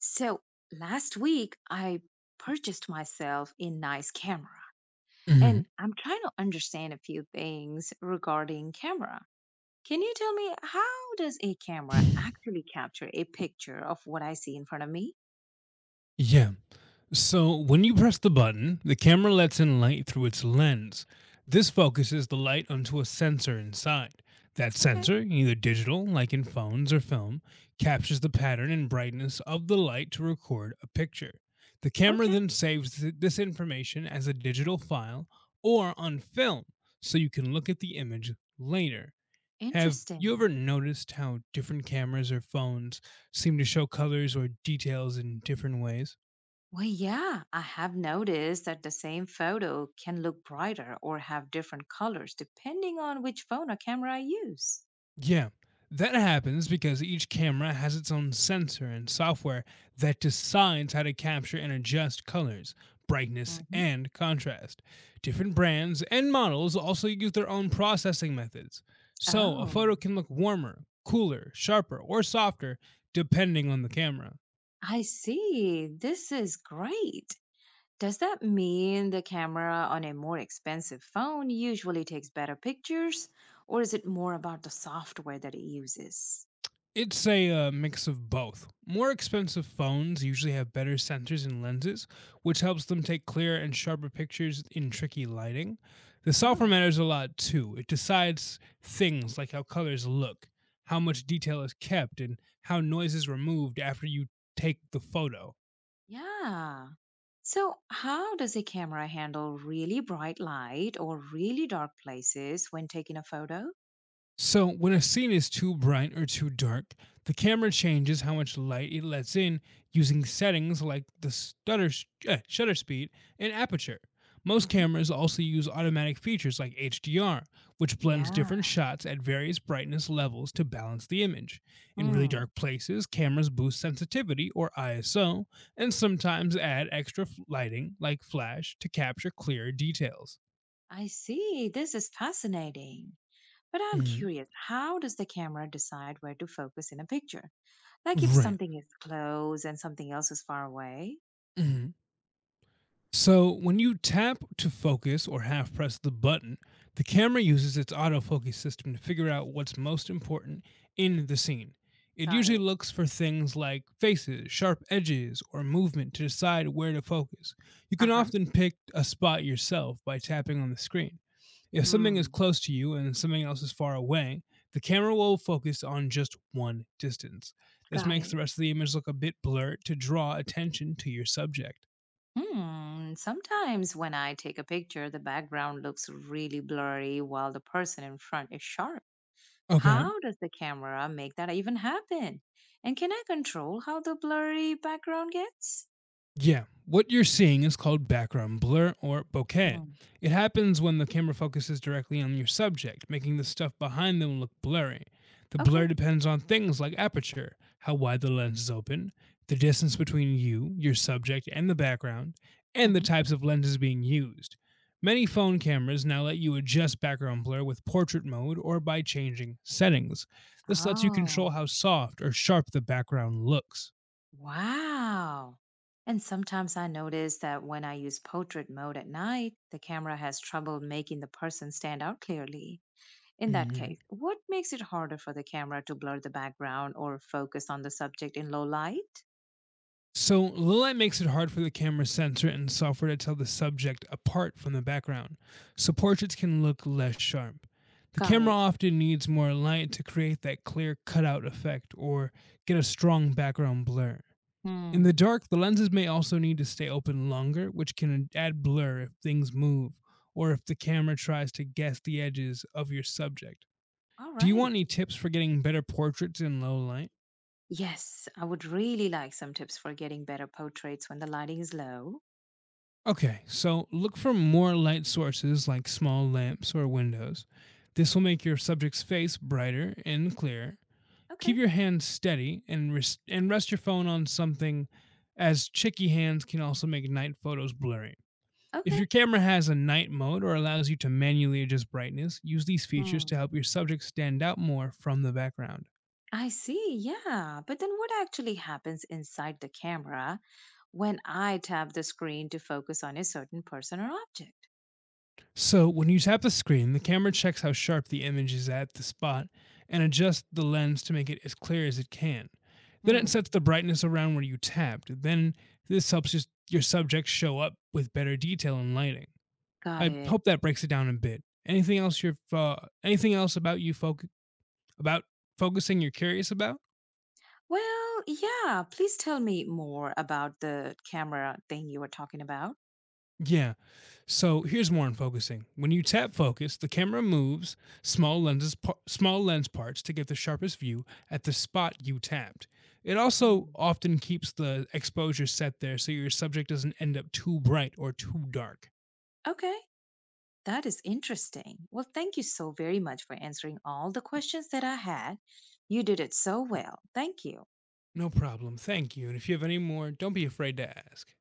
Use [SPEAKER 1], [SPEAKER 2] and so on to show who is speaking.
[SPEAKER 1] So last week, I purchased myself a nice camera,
[SPEAKER 2] Mhm.
[SPEAKER 1] and I'm trying to understand a few things regarding camera. Can you tell me how does a camera actually capture a picture of what I see in front of me?
[SPEAKER 2] Yeah. So when you press the button, the camera lets in light through its lens. This focuses the light onto a sensor inside. That
[SPEAKER 1] Okay.
[SPEAKER 2] sensor, either digital, like in phones or film, captures the pattern and brightness of the light to record a picture. The camera
[SPEAKER 1] Okay,
[SPEAKER 2] then saves this information as a digital file or on film so you can look at the image later. Have you
[SPEAKER 1] interesting.
[SPEAKER 2] ever noticed how different cameras or phones seem to show colors or details in different ways?
[SPEAKER 1] Well, yeah, I have noticed that the same photo can look brighter or have different colors depending on which phone or camera I use.
[SPEAKER 2] Yeah, that happens because each camera has its own sensor and software that decides how to capture and adjust colors, brightness,
[SPEAKER 1] Hmm.
[SPEAKER 2] and contrast. Different brands and models also use their own processing methods. So a
[SPEAKER 1] Oh,
[SPEAKER 2] photo can look warmer, cooler, sharper, or softer depending on the camera.
[SPEAKER 1] I see. This is great. Does that mean the camera on a more expensive phone usually takes better pictures, or is it more about the software that it uses?
[SPEAKER 2] It's a mix of both. More expensive phones usually have better sensors and lenses, which helps them take clearer and sharper pictures in tricky lighting. The software
[SPEAKER 1] Oh.
[SPEAKER 2] matters a lot too. It decides things like how colors look, how much detail is kept, and how noise is removed after you take the photo.
[SPEAKER 1] Yeah. So, how does a camera handle really bright light or really dark places when taking a photo?
[SPEAKER 2] So, when a scene is too bright or too dark, the camera changes how much light it lets in using settings like the shutter speed and aperture. Most
[SPEAKER 1] Hmm.
[SPEAKER 2] cameras also use automatic features like HDR, which blends different
[SPEAKER 1] Yeah.
[SPEAKER 2] shots at various brightness levels to balance the image. In really
[SPEAKER 1] Hmm.
[SPEAKER 2] dark places, cameras boost sensitivity or ISO and sometimes add extra lighting like flash to capture clearer details.
[SPEAKER 1] I see. This is fascinating. But I'm
[SPEAKER 2] Mm,
[SPEAKER 1] curious, how does the camera decide where to focus in a picture? Like if
[SPEAKER 2] right.
[SPEAKER 1] something is close and something else is far away?
[SPEAKER 2] Mhm. So, when you tap to focus or half press the button, the camera uses its autofocus system to figure out what's most important in the scene. It
[SPEAKER 1] Got
[SPEAKER 2] usually
[SPEAKER 1] it.
[SPEAKER 2] looks for things like faces, sharp edges, or movement to decide where to focus. You
[SPEAKER 1] Uh
[SPEAKER 2] can
[SPEAKER 1] huh.
[SPEAKER 2] often pick a spot yourself by tapping on the screen. If something is
[SPEAKER 1] Hmm.
[SPEAKER 2] close to you and something else is far away, the camera will focus on just one distance. This
[SPEAKER 1] Got
[SPEAKER 2] makes the
[SPEAKER 1] it.
[SPEAKER 2] rest of the image look a bit blurred to draw attention to your subject.
[SPEAKER 1] Hmm. Sometimes when I take a picture, the background looks really blurry while the person in front is sharp.
[SPEAKER 2] Okay.
[SPEAKER 1] How does the camera make that even happen? And can I control how the blurry background gets?
[SPEAKER 2] Yeah. What you're seeing is called background blur or bokeh.
[SPEAKER 1] Hmm.
[SPEAKER 2] It happens when the camera focuses directly on your subject, making the stuff behind them look blurry. The blur
[SPEAKER 1] Okay.
[SPEAKER 2] depends on things like aperture, how wide the lens is open, the distance between you, your subject, and the background, and the
[SPEAKER 1] Hmm.
[SPEAKER 2] types of lenses being used. Many phone cameras now let you adjust background blur with portrait mode or by changing settings. This lets you control
[SPEAKER 1] Oh,
[SPEAKER 2] how soft or sharp the background looks.
[SPEAKER 1] wow. And sometimes I notice that when I use portrait mode at night, the camera has trouble making the person stand out clearly. In that
[SPEAKER 2] Mhm.
[SPEAKER 1] case, what makes it harder for the camera to blur the background or focus on the subject in low light?
[SPEAKER 2] So, low light makes it hard for the camera sensor and software to tell the subject apart from the background, so portraits can look less sharp. The
[SPEAKER 1] Got
[SPEAKER 2] camera
[SPEAKER 1] it.
[SPEAKER 2] often needs more light to create that clear cutout effect or get a strong background blur. In the
[SPEAKER 1] Hmm.
[SPEAKER 2] dark, the lenses may also need to stay open longer, which can add blur if things move or if the camera tries to guess the edges of your subject.
[SPEAKER 1] All
[SPEAKER 2] Do you want
[SPEAKER 1] right.
[SPEAKER 2] any tips for getting better portraits in low light?
[SPEAKER 1] Yes, I would really like some tips for getting better portraits when the lighting is low.
[SPEAKER 2] Okay, so look for more light sources like small lamps or windows. This will make your subject's face brighter and clearer. Keep
[SPEAKER 1] Okay.
[SPEAKER 2] your hands steady and, and rest your phone on something, as chicky hands can also make night photos blurry. If
[SPEAKER 1] Okay.
[SPEAKER 2] your camera has a night mode or allows you to manually adjust brightness, use these features to
[SPEAKER 1] Hmm.
[SPEAKER 2] help your subject stand out more from the background.
[SPEAKER 1] I see. Yeah. But then what actually happens inside the camera when I tap the screen to focus on a certain person or object?
[SPEAKER 2] So when you tap the screen, the camera checks how sharp the image is at the spot and adjusts the lens to make it as clear as it can. Then it
[SPEAKER 1] Hmm.
[SPEAKER 2] sets the brightness around where you tapped. Then this helps your subject show up with better detail and lighting.
[SPEAKER 1] Got
[SPEAKER 2] I
[SPEAKER 1] it.
[SPEAKER 2] hope that breaks it down a bit. Anything else you're anything else about you foc- about focusing you're curious about?
[SPEAKER 1] Well, yeah, please tell me more about the camera thing you were talking about.
[SPEAKER 2] Yeah. So here's more on focusing. When you tap focus, the camera moves small lenses, small lens parts to get the sharpest view at the spot you tapped. It also
[SPEAKER 1] Mm.
[SPEAKER 2] often keeps the exposure set there so your subject doesn't end up too bright or too dark.
[SPEAKER 1] Okay, that is interesting. Well, thank you so very much for answering all the questions that I had. You did it so well. Thank you.
[SPEAKER 2] No problem. Thank you. And if you have any more, don't be afraid to ask.